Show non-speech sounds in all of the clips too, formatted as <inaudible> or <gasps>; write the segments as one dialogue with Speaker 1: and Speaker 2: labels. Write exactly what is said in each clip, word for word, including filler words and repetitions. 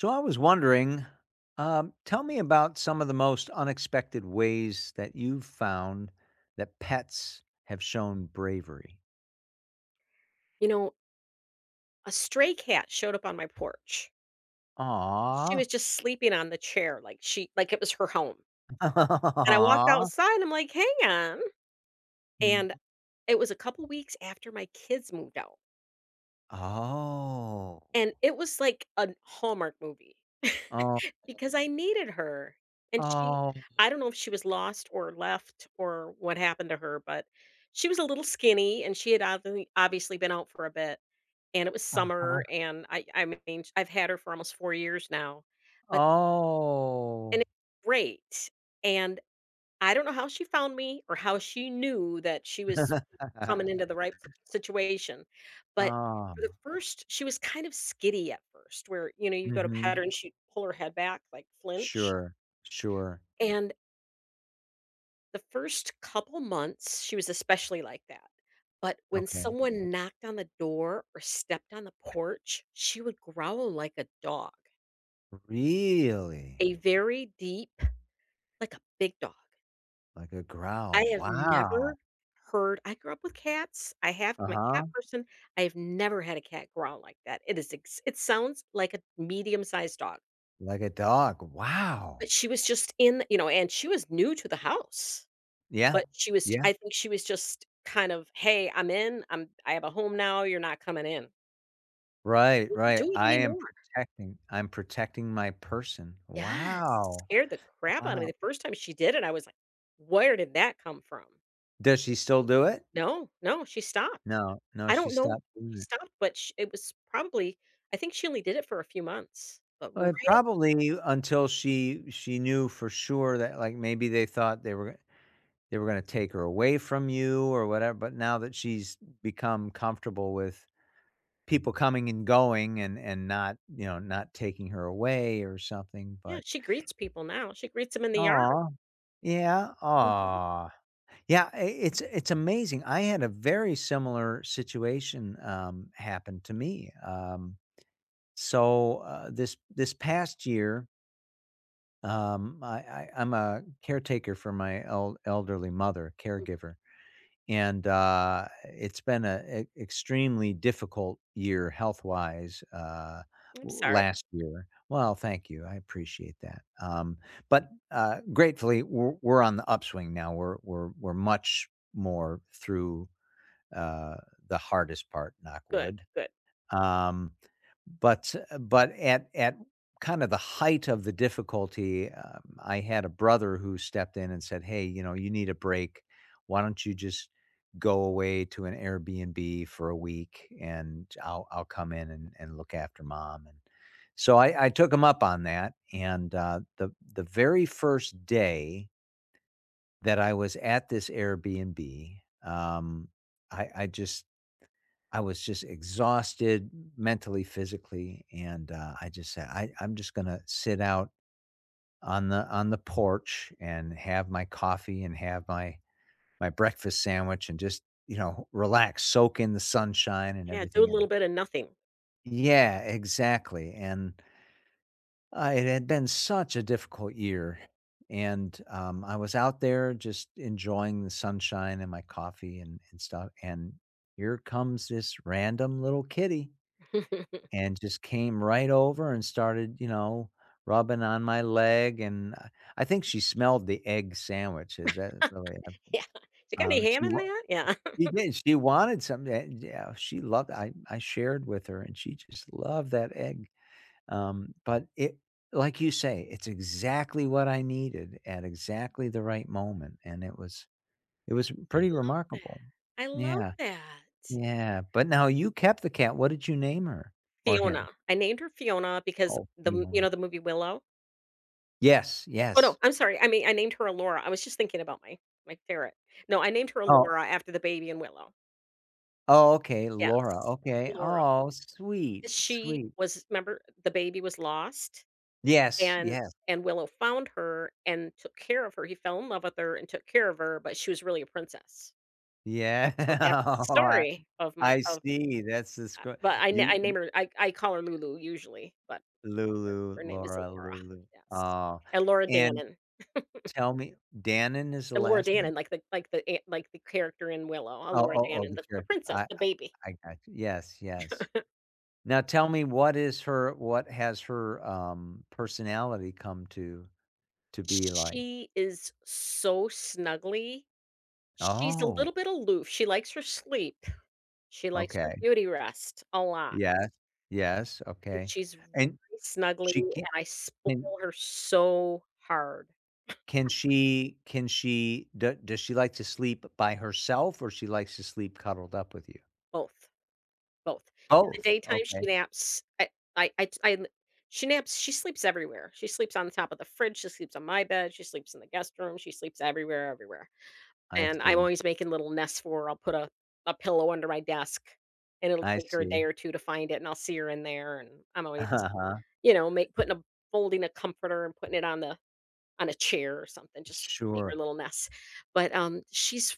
Speaker 1: So I was wondering, um, tell me about some of the most unexpected ways that you've found that pets have shown bravery.
Speaker 2: You know, a stray cat showed up on my porch. She
Speaker 1: Aw.
Speaker 2: was just sleeping on the chair like she like it was her home. And I walked
Speaker 1: Aw. <laughs>
Speaker 2: outside, I'm like, "Hang on."
Speaker 1: Mm.
Speaker 2: And it was a couple weeks after my kids moved out.
Speaker 1: Oh.
Speaker 2: And it was like a Hallmark movie <laughs>
Speaker 1: Oh.
Speaker 2: because I needed her. And she
Speaker 1: Oh.
Speaker 2: I don't know if she was lost or left or what happened to her, but she was a little skinny and she had obvi- obviously been out for a bit. And it was
Speaker 1: Uh-huh.
Speaker 2: summer and I I mean, I've had her for almost four years now. But And
Speaker 1: Oh.
Speaker 2: it's great, and I don't know how she found me or how she knew that she was coming into
Speaker 1: <laughs>
Speaker 2: the right pl situation, but for the
Speaker 1: Um,
Speaker 2: first she was kind of skitty at first where, you know, you go to pat
Speaker 1: mhm.
Speaker 2: her and she'd pull her head back, like, flinch,
Speaker 1: Sure. Sure.
Speaker 2: and the first couple months, she was especially like that, but when
Speaker 1: Okay.
Speaker 2: someone knocked on the door or stepped on the porch, she would growl like a dog,
Speaker 1: Really?
Speaker 2: a very deep like a big dog.
Speaker 1: Like a
Speaker 2: I
Speaker 1: growl.
Speaker 2: have
Speaker 1: Wow.
Speaker 2: never heard I grew up with cats, I have I'm a cat
Speaker 1: Uh-huh.
Speaker 2: person, I have never had a cat growl like that, it is ex it sounds like a medium-sized dog,
Speaker 1: Like a dog. Wow.
Speaker 2: but she was just in you know, and she was new to the house,
Speaker 1: Yeah.
Speaker 2: but she was
Speaker 1: Yeah.
Speaker 2: I think she was just kind of, "Hey, I'm in, I'm I have a home now, you're not coming in." She
Speaker 1: Right,
Speaker 2: wouldn't
Speaker 1: right.
Speaker 2: do it
Speaker 1: I am
Speaker 2: anymore.
Speaker 1: protecting I'm protecting my person.
Speaker 2: Yes,
Speaker 1: Wow.
Speaker 2: scared the crap out of me,
Speaker 1: Wow.
Speaker 2: the first time she did it, I was like, "Where did that come from?"
Speaker 1: Does she still do it?
Speaker 2: No, no, she stopped.
Speaker 1: No. No,
Speaker 2: I
Speaker 1: she
Speaker 2: don't know if
Speaker 1: stopped doing
Speaker 2: she
Speaker 1: it.
Speaker 2: stopped, but sh it was probably I think she only did it for a few months, but right,
Speaker 1: Well, probably until she she knew for sure that, like, maybe they thought they were they were gonna take her away from you or whatever, but now that she's become comfortable with people coming and going and and not, you know, not taking her away or something,
Speaker 2: yeah,
Speaker 1: but
Speaker 2: she greets people now, she greets them in the yard.
Speaker 1: aw. Yeah,
Speaker 2: Mhm.
Speaker 1: aw. Yeah, I it's it's amazing. I had a very similar situation, um, happen to me. Um, so, uh, this this past year, um, I I I'm a caretaker for my el elderly mother,
Speaker 2: Mm,
Speaker 1: caregiver, and, uh, it's been a e extremely difficult year health-wise, uh,
Speaker 2: I'm
Speaker 1: w
Speaker 2: sorry.
Speaker 1: last year. Well, thank you, I appreciate that, um, but, uh, gratefully, we're we're on the upswing now, we're we're we're much more through, uh, the hardest part, knock
Speaker 2: Good,
Speaker 1: wood.
Speaker 2: good.
Speaker 1: Um, but but at at kind of the height of the difficulty, um, I had a brother who stepped in and said, "Hey, you know, you need a break. Why don't you just go away to an Airbnb for a week and I'll I'll come in and and look after mom." And so I I took him up on that, and, uh, the the very first day that I was at this Airbnb, um, I I just I was just exhausted mentally, physically, and, uh, I just said, "I I'm just gonna sit out on the on the porch and have my coffee and have my my breakfast sandwich and just, you know, relax, soak in the sunshine and
Speaker 2: Yeah, do a
Speaker 1: everything," and
Speaker 2: little bit of nothing.
Speaker 1: yeah, exactly, and, uh, it had been such a difficult year, and, um, I was out there just enjoying the sunshine and my coffee and and stuff, and here comes this random little kitty.
Speaker 2: <laughs>
Speaker 1: And just came right over and started, you know, rubbing on my leg, and I I think she smelled the egg sandwiches, that really
Speaker 2: Yeah. "You got any
Speaker 1: um,
Speaker 2: ham
Speaker 1: she
Speaker 2: in
Speaker 1: wa
Speaker 2: that?" Yeah.
Speaker 1: she did, she wanted something. And yeah, she loved I I shared with her, and she just loved that egg, um, but it like you say, it's exactly what I needed at exactly the right moment, and it was it was pretty
Speaker 2: <laughs>
Speaker 1: remarkable.
Speaker 2: I love that. I love
Speaker 1: Yeah,
Speaker 2: that.
Speaker 1: yeah, but now you kept the cat, what did you name her? Or him?
Speaker 2: Fiona. I named her Fiona because
Speaker 1: Oh,
Speaker 2: the m you
Speaker 1: Fiona.
Speaker 2: know, the movie Willow?
Speaker 1: Yes,
Speaker 2: Oh, no,
Speaker 1: yes.
Speaker 2: I'm sorry, I mean, I named her Allura, I was just thinking about my my ferret. No, I named her
Speaker 1: Oh,
Speaker 2: Allura after the baby in Willow.
Speaker 1: oh, okay, Laura,
Speaker 2: Yes,
Speaker 1: okay.
Speaker 2: Laura.
Speaker 1: Oh, sweet,
Speaker 2: She
Speaker 1: sweet.
Speaker 2: was remember the baby was lost,
Speaker 1: Yes,
Speaker 2: and
Speaker 1: yes,
Speaker 2: and Willow found her and took care of her. He fell in love with her and took care of her, but she was really a princess.
Speaker 1: yeah.
Speaker 2: So that's the
Speaker 1: <laughs> Oh, I
Speaker 2: story of my
Speaker 1: I
Speaker 2: of
Speaker 1: see, that's the
Speaker 2: Um,
Speaker 1: scr
Speaker 2: but I na
Speaker 1: you
Speaker 2: I name her I I call her Lulu usually, but her
Speaker 1: Lulu,
Speaker 2: her name is
Speaker 1: Laura,
Speaker 2: Laura.
Speaker 1: Lulu.
Speaker 2: Yes.
Speaker 1: Oh,
Speaker 2: And Laura
Speaker 1: and
Speaker 2: Dannon.
Speaker 1: tell me Dannon is the
Speaker 2: And Laura
Speaker 1: last name?
Speaker 2: Dannon, like the like the a like the character in Willow, uh,
Speaker 1: Oh,
Speaker 2: Laura
Speaker 1: oh, oh,
Speaker 2: Dannon,
Speaker 1: the
Speaker 2: the the
Speaker 1: character.
Speaker 2: princess,
Speaker 1: I
Speaker 2: the
Speaker 1: I
Speaker 2: baby.
Speaker 1: I got you. Yes, yes. Now tell me what is her what has her, um, personality come to to be like?
Speaker 2: She is so snuggly. She's a
Speaker 1: Oh,
Speaker 2: little bit aloof, she likes her sleep, she likes her
Speaker 1: okay.
Speaker 2: beauty rest a lot,
Speaker 1: Yes, yes,
Speaker 2: and
Speaker 1: okay,
Speaker 2: she's
Speaker 1: and
Speaker 2: very snuggly,
Speaker 1: she
Speaker 2: and
Speaker 1: can
Speaker 2: I spoil
Speaker 1: can
Speaker 2: her so hard.
Speaker 1: can she can she do does she like to sleep by herself, or she likes to sleep cuddled up with you?
Speaker 2: Both, both. In the
Speaker 1: Both,
Speaker 2: daytime,
Speaker 1: okay,
Speaker 2: she naps, I, I, I, I she naps she sleeps everywhere, she sleeps on the top of the fridge, she sleeps on my bed, she sleeps in the guest room, she sleeps everywhere, everywhere,
Speaker 1: I
Speaker 2: and I'm
Speaker 1: see,
Speaker 2: always making little nests for her, I'll put a a pillow under my desk, and it'll
Speaker 1: I
Speaker 2: take her a day
Speaker 1: see.
Speaker 2: or
Speaker 1: <laughs>
Speaker 2: two to find it, and I'll see her in there, and I'm always,
Speaker 1: Uh-huh,
Speaker 2: you know, make putting a folding a comforter and putting it on the on a chair or something, just make
Speaker 1: sure,
Speaker 2: her little mess. But, um, she's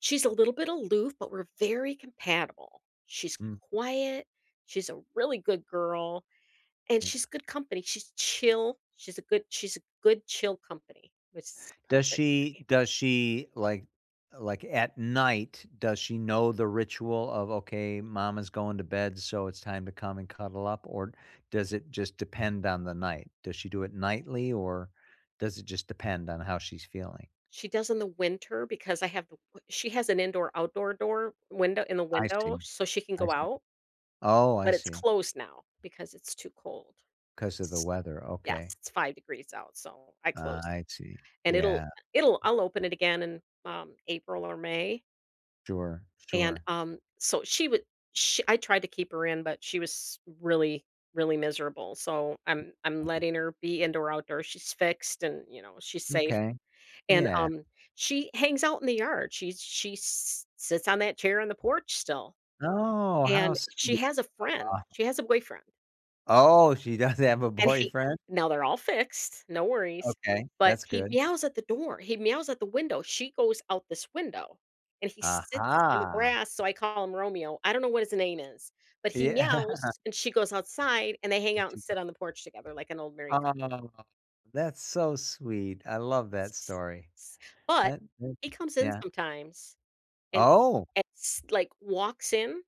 Speaker 2: she's a little bit aloof, but we're very compatible. She's
Speaker 1: mm,
Speaker 2: quiet, she's a really good girl, and she's
Speaker 1: yeah.
Speaker 2: good company. She's chill, she's a good she's a good chill company, which is
Speaker 1: Does
Speaker 2: perfect for
Speaker 1: she
Speaker 2: me.
Speaker 1: does she, like like, at night, does she know the ritual of, "Okay, mom is going to bed, so it's time to come and cuddle up," or does it just depend on the night? Does she do it nightly, or does it just depend on how she's feeling?
Speaker 2: She does in the winter because I have the w she has an indoor-outdoor door window in the
Speaker 1: I
Speaker 2: window
Speaker 1: see.
Speaker 2: so she can
Speaker 1: I
Speaker 2: go
Speaker 1: see.
Speaker 2: out,
Speaker 1: Oh, I
Speaker 2: but it's
Speaker 1: see.
Speaker 2: closed now because it's too cold.
Speaker 1: Because of the weather,
Speaker 2: Yes,
Speaker 1: okay.
Speaker 2: it's five degrees out, so I
Speaker 1: Uh,
Speaker 2: closed it,
Speaker 1: I see.
Speaker 2: and it'll
Speaker 1: Yeah,
Speaker 2: it'll I'll open it again in, um, April or May,
Speaker 1: sure,
Speaker 2: and,
Speaker 1: sure.
Speaker 2: um, so she would she, I tried to keep her in, but she was really, really miserable, so I'm I'm letting her be indoor, outdoor, she's fixed and, you know, she's safe,
Speaker 1: Okay.
Speaker 2: and,
Speaker 1: Yeah.
Speaker 2: um, she hangs out in the yard. She, she s sits on that chair on the porch still,
Speaker 1: Oh, how
Speaker 2: and she
Speaker 1: sweet.
Speaker 2: has a friend, she has a boyfriend.
Speaker 1: Oh, she does have a
Speaker 2: And he,
Speaker 1: boyfriend?
Speaker 2: now they're all fixed, no worries,
Speaker 1: Okay,
Speaker 2: but
Speaker 1: that's
Speaker 2: he
Speaker 1: good.
Speaker 2: meows at the door, he meows at the window, she goes out this window, and he sits in the
Speaker 1: Aha!
Speaker 2: grass, so I call him Romeo, I don't know what his name is, but he
Speaker 1: Yeah. <laughs>
Speaker 2: meows, and she goes outside, and they hang
Speaker 1: And
Speaker 2: out and
Speaker 1: she
Speaker 2: sit
Speaker 1: goes,
Speaker 2: on the porch together like an old married couple.
Speaker 1: oh, that's so sweet. I love that
Speaker 2: S
Speaker 1: story.
Speaker 2: s But
Speaker 1: That that
Speaker 2: he comes in
Speaker 1: yeah.
Speaker 2: sometimes and
Speaker 1: Oh,
Speaker 2: and s like, walks in.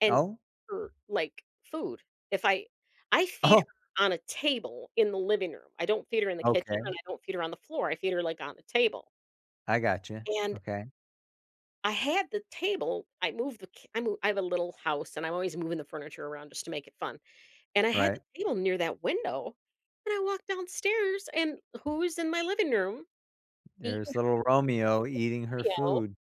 Speaker 2: And
Speaker 1: oh,
Speaker 2: her, like, food. If I I
Speaker 1: <laughs>
Speaker 2: feed
Speaker 1: oh,
Speaker 2: her on a table in the living room. I don't feed her in the kitchen,
Speaker 1: okay.
Speaker 2: and I don't feed her on the floor. I feed her, like, on the table.
Speaker 1: I got you.
Speaker 2: And
Speaker 1: Okay,
Speaker 2: I had the table I moved the ki I move I have a little house, and I'm always moving the furniture around just to make it fun. And I had the
Speaker 1: right.
Speaker 2: table near that window, and I walked downstairs, and who's in my living room eating?
Speaker 1: There's little Romeo eating her
Speaker 2: Helio?
Speaker 1: food,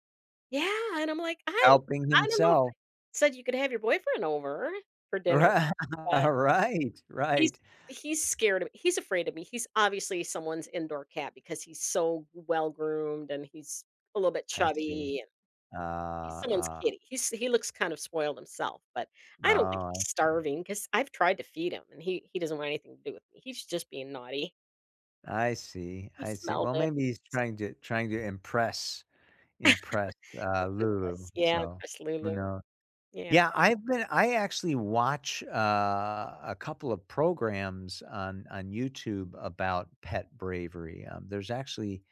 Speaker 2: Yeah, and I'm like, "I'm
Speaker 1: helping
Speaker 2: I don't know I
Speaker 1: himself. <laughs>
Speaker 2: said you could have your boyfriend over for dinner,
Speaker 1: Right,
Speaker 2: but."
Speaker 1: right,
Speaker 2: He's
Speaker 1: right.
Speaker 2: he's scared of me. He's afraid of me. He's obviously someone's indoor cat because he's so well groomed and he's a little bit
Speaker 1: I see.
Speaker 2: chubby and
Speaker 1: Uh,
Speaker 2: he's someone's
Speaker 1: uh,
Speaker 2: kitty. He's he looks kind of spoiled himself, but I don't think
Speaker 1: No,
Speaker 2: he's starving because I've tried to feed him and he he doesn't want anything to do with me. He's just being naughty.
Speaker 1: I see.
Speaker 2: He
Speaker 1: I see, I see.
Speaker 2: smelled
Speaker 1: Well,
Speaker 2: it.
Speaker 1: maybe he's trying to trying to impress. Impressed, uh,
Speaker 2: <laughs>
Speaker 1: Lulu,
Speaker 2: Yeah,
Speaker 1: so
Speaker 2: that's
Speaker 1: who
Speaker 2: Lulu.
Speaker 1: knows?
Speaker 2: Yeah.
Speaker 1: Yeah, I've been I actually watch, uh, a couple of programs on on YouTube about pet bravery, um, there's actually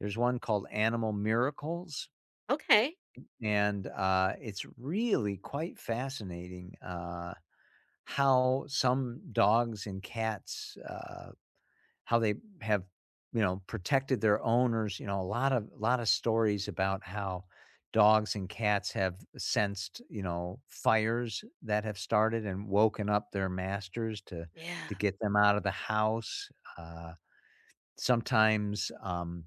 Speaker 1: there's one called Animal Miracles,
Speaker 2: Okay.
Speaker 1: and, uh, it's really quite fascinating, uh, how some dogs and cats, uh how they have, you know, protected their owners, you know, a lot of a lot of stories about how dogs and cats have sensed, you know, fires that have started and woken up their masters to
Speaker 2: Yeah.
Speaker 1: to get them out of the house. Uh, sometimes um,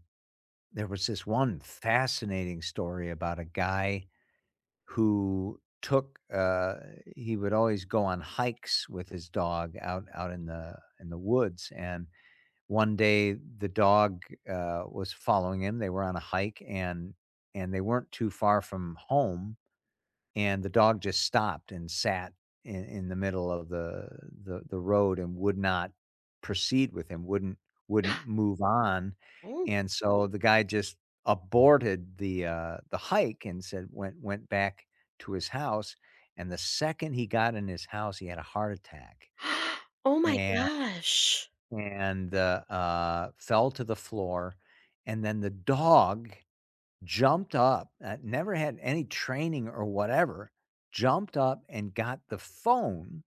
Speaker 1: there was this one fascinating story about a guy who took uh, he would always go on hikes with his dog out out in the in the woods and one day, the dog, uh, was following him. They were on a hike and and they weren't too far from home, and the dog just stopped and sat in in the middle of the the the road and would not proceed with him, wouldn't wouldn't
Speaker 2: <gasps>
Speaker 1: move on,
Speaker 2: Oh.
Speaker 1: and so the guy just aborted the, uh, the hike and said went went back to his house, and the second he got in his house, he had a heart attack,
Speaker 2: <gasps> Oh my
Speaker 1: and
Speaker 2: gosh.
Speaker 1: and the, uh, fell to the floor, and then the dog jumped up, uh, never had any training or whatever, jumped up and got the phone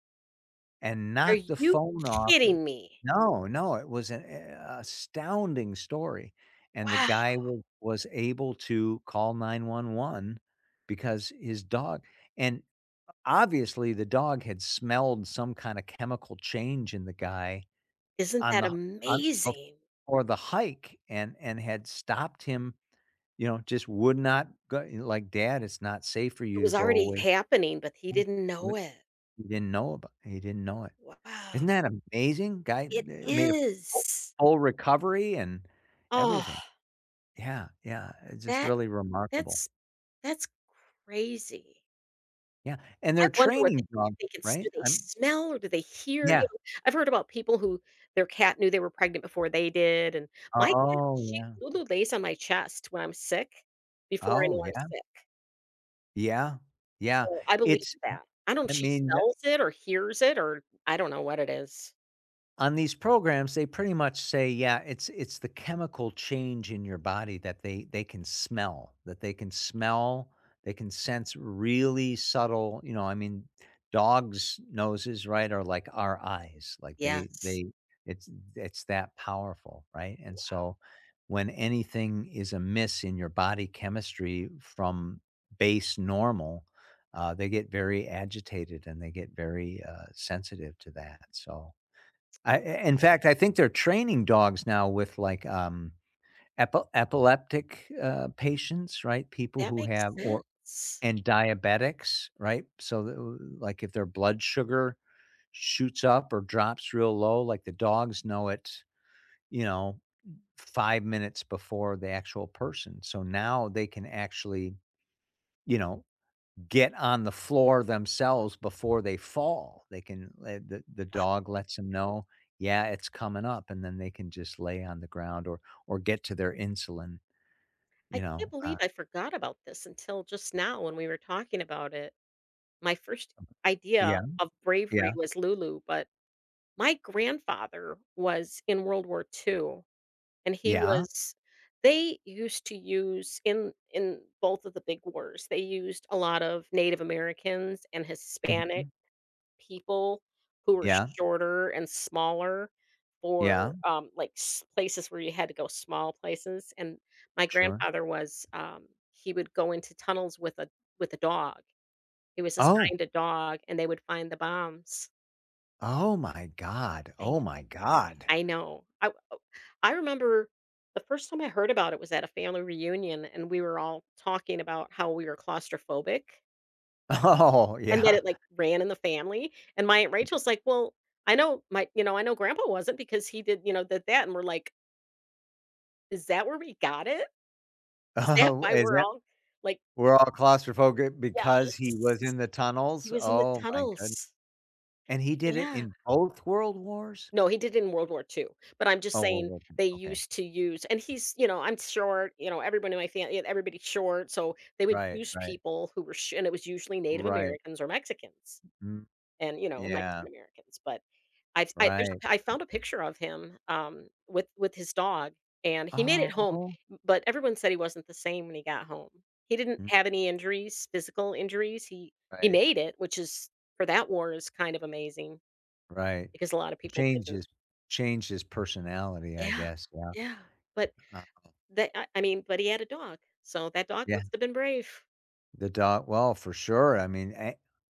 Speaker 1: and
Speaker 2: Are
Speaker 1: knocked the
Speaker 2: you
Speaker 1: phone off. uh,
Speaker 2: kidding me?
Speaker 1: No, no, it was an a astounding story, and the
Speaker 2: Wow.
Speaker 1: guy was was able to call nine one one because his dog and obviously the dog had smelled some kinda chemical change in the guy
Speaker 2: Isn't
Speaker 1: on
Speaker 2: that
Speaker 1: the on
Speaker 2: amazing?
Speaker 1: for the hike and and had stopped him, you know, just would not go like, "Dad, it's not safe for
Speaker 2: It
Speaker 1: you to
Speaker 2: was
Speaker 1: go
Speaker 2: already
Speaker 1: away."
Speaker 2: happening, but he
Speaker 1: Mm,
Speaker 2: didn't know
Speaker 1: but
Speaker 2: it.
Speaker 1: he didn't know about he didn't know it.
Speaker 2: Wow.
Speaker 1: Isn't that amazing? Guy
Speaker 2: It
Speaker 1: eh, made a full
Speaker 2: is.
Speaker 1: full recovery and
Speaker 2: Oh,
Speaker 1: everything. Yeah, yeah, it's just
Speaker 2: that
Speaker 1: really remarkable.
Speaker 2: that's that's crazy.
Speaker 1: Yeah, and
Speaker 2: I
Speaker 1: they're
Speaker 2: wonder what they
Speaker 1: training dogs,
Speaker 2: think it's do
Speaker 1: right?
Speaker 2: they
Speaker 1: I'm
Speaker 2: smell or do they hear, you
Speaker 1: yeah.
Speaker 2: know? I've heard about people who their cat knew they were pregnant before they did, and my cat,
Speaker 1: Oh,
Speaker 2: she
Speaker 1: yeah.
Speaker 2: Lulu lays on my chest when I'm sick before I
Speaker 1: Oh,
Speaker 2: know I'm
Speaker 1: yeah.
Speaker 2: sick.
Speaker 1: Yeah, yeah.
Speaker 2: So, I believe
Speaker 1: It's
Speaker 2: that. I don't know if
Speaker 1: I
Speaker 2: she
Speaker 1: mean
Speaker 2: smells it or hears it or I don't know what it is.
Speaker 1: on these programs, they pretty much say, yeah, it's it's the chemical change in your body that they they can smell, that they can smell, they can sense really subtle, you know, I mean, dogs' noses, right, are like our eyes. Like they
Speaker 2: Yes.
Speaker 1: they it's it's that powerful, right? And so
Speaker 2: Wow.
Speaker 1: when anything is amiss in your body chemistry from base normal, uh, they get very agitated and they get very uh, sensitive to that. So I in fact, I think they're training dogs now with, like, um, epi epileptic, uh, patients, right? People
Speaker 2: That
Speaker 1: who
Speaker 2: makes
Speaker 1: have or
Speaker 2: sense.
Speaker 1: and diabetics, right? So, the like, if their blood sugar shoots up or drops real low, like, the dogs know it, you know, five minutes before the actual person. So now they can actually, you know, get on the floor themselves before they fall. They can uh, the the
Speaker 2: Wow.
Speaker 1: dog lets them know, "Yeah, it's coming up," and then they can just lay on the ground or or get to their insulin,
Speaker 2: I
Speaker 1: you
Speaker 2: can't
Speaker 1: know, uh.
Speaker 2: believe I forgot about this until just now when we were talking about it. My first idea
Speaker 1: Yeah,
Speaker 2: of bravery
Speaker 1: yeah,
Speaker 2: was Lulu, but my grandfather was in World War two and he
Speaker 1: yeah,
Speaker 2: was they used to use in in both of the big wars. They used a lot of Native Americans and Hispanics,
Speaker 1: mhm,
Speaker 2: people who were
Speaker 1: yeah,
Speaker 2: shorter and smaller for,
Speaker 1: yeah,
Speaker 2: um, like, s places where you had to go small places, and my
Speaker 1: sure.
Speaker 2: grandfather was, um, he would go into tunnels with a with a dog. He was
Speaker 1: Oh,
Speaker 2: assigned a dog, and they would find the bombs.
Speaker 1: oh my god,
Speaker 2: I kn
Speaker 1: oh my god. <laughs>
Speaker 2: I know. I oh, I remember the first time I heard about it was at a family reunion, and we were all talking about how we were claustrophobic.
Speaker 1: Oh,
Speaker 2: And then
Speaker 1: yeah.
Speaker 2: it, like, ran in the family, and my Aunt Rachel's like, "Well, I know my you know, I know grandpa wasn't because he did, you know, that that," and we're like, "Is that where we got it? Is that
Speaker 1: Oh,
Speaker 2: why
Speaker 1: is
Speaker 2: we're
Speaker 1: that
Speaker 2: all," like,
Speaker 1: we're all claustrophobic because he was
Speaker 2: yes.
Speaker 1: in the
Speaker 2: He
Speaker 1: tunnels?
Speaker 2: was in the
Speaker 1: Oh my goodness!
Speaker 2: tunnels.
Speaker 1: And he did it
Speaker 2: Yeah.
Speaker 1: in both world wars?
Speaker 2: No, he did it in World War Two. But I'm just
Speaker 1: Oh, well,
Speaker 2: saying
Speaker 1: well, then,
Speaker 2: they
Speaker 1: okay.
Speaker 2: used to use and he's, you know, I'm short, you know, everybody in my family everybody's short, so they would
Speaker 1: Right,
Speaker 2: use
Speaker 1: right,
Speaker 2: people who were sh and it was usually Native
Speaker 1: right.
Speaker 2: Americans or Mexicans
Speaker 1: Mm,
Speaker 2: and, you know,
Speaker 1: yeah,
Speaker 2: Mexican Americans, but I've I there's
Speaker 1: right.
Speaker 2: a I found a picture of him, um, with with his dog, and he made it home,
Speaker 1: Oh,
Speaker 2: but everyone said he wasn't the same when he got home. He didn't
Speaker 1: mm,
Speaker 2: have any injuries, physical injuries. He he
Speaker 1: right,
Speaker 2: made it, which is for that war is kind of amazing
Speaker 1: right.
Speaker 2: because a lot of people didn't.
Speaker 1: Changes changes personality, I
Speaker 2: Yeah,
Speaker 1: guess, yeah,
Speaker 2: yeah, but
Speaker 1: uh,
Speaker 2: that I I mean, but he had a dog, so that dog
Speaker 1: yeah,
Speaker 2: must have been brave.
Speaker 1: the dog well, for sure, I mean, a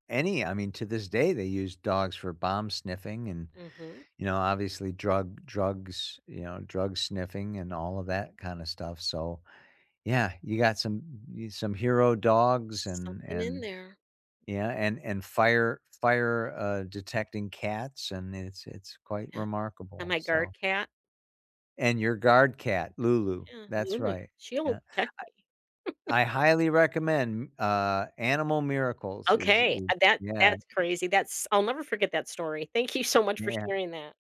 Speaker 1: any I mean, to this day, they use dogs for bomb sniffing and,
Speaker 2: Mhm.
Speaker 1: you know, obviously drug drugs, you know, drug sniffing and all of that kinda stuff, so, yeah, you got some you some hero dogs and
Speaker 2: Something in
Speaker 1: and
Speaker 2: there.
Speaker 1: yeah, and and fire fire, uh, detecting cats, and it's it's quite
Speaker 2: Yeah, and
Speaker 1: remarkable,
Speaker 2: my guard
Speaker 1: so
Speaker 2: cat,
Speaker 1: and your guard cat, Lulu,
Speaker 2: yeah,
Speaker 1: that's
Speaker 2: Lulu,
Speaker 1: right,
Speaker 2: she'll
Speaker 1: yeah.
Speaker 2: protect me.
Speaker 1: I highly recommend, uh, Animal Miracles is
Speaker 2: Okay,
Speaker 1: is
Speaker 2: uh, that
Speaker 1: yeah,
Speaker 2: that's crazy, that's I'll never forget that story. Thank you so much for
Speaker 1: yeah.
Speaker 2: sharing that.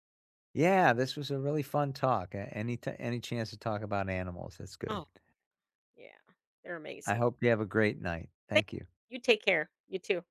Speaker 1: Yeah, this was a really fun talk, a any ti any chance to talk about animals, that's good.
Speaker 2: Oh, yeah, they're
Speaker 1: I
Speaker 2: amazing.
Speaker 1: hope you have a great night.
Speaker 2: Thank
Speaker 1: Thank you.
Speaker 2: you, take care, you too.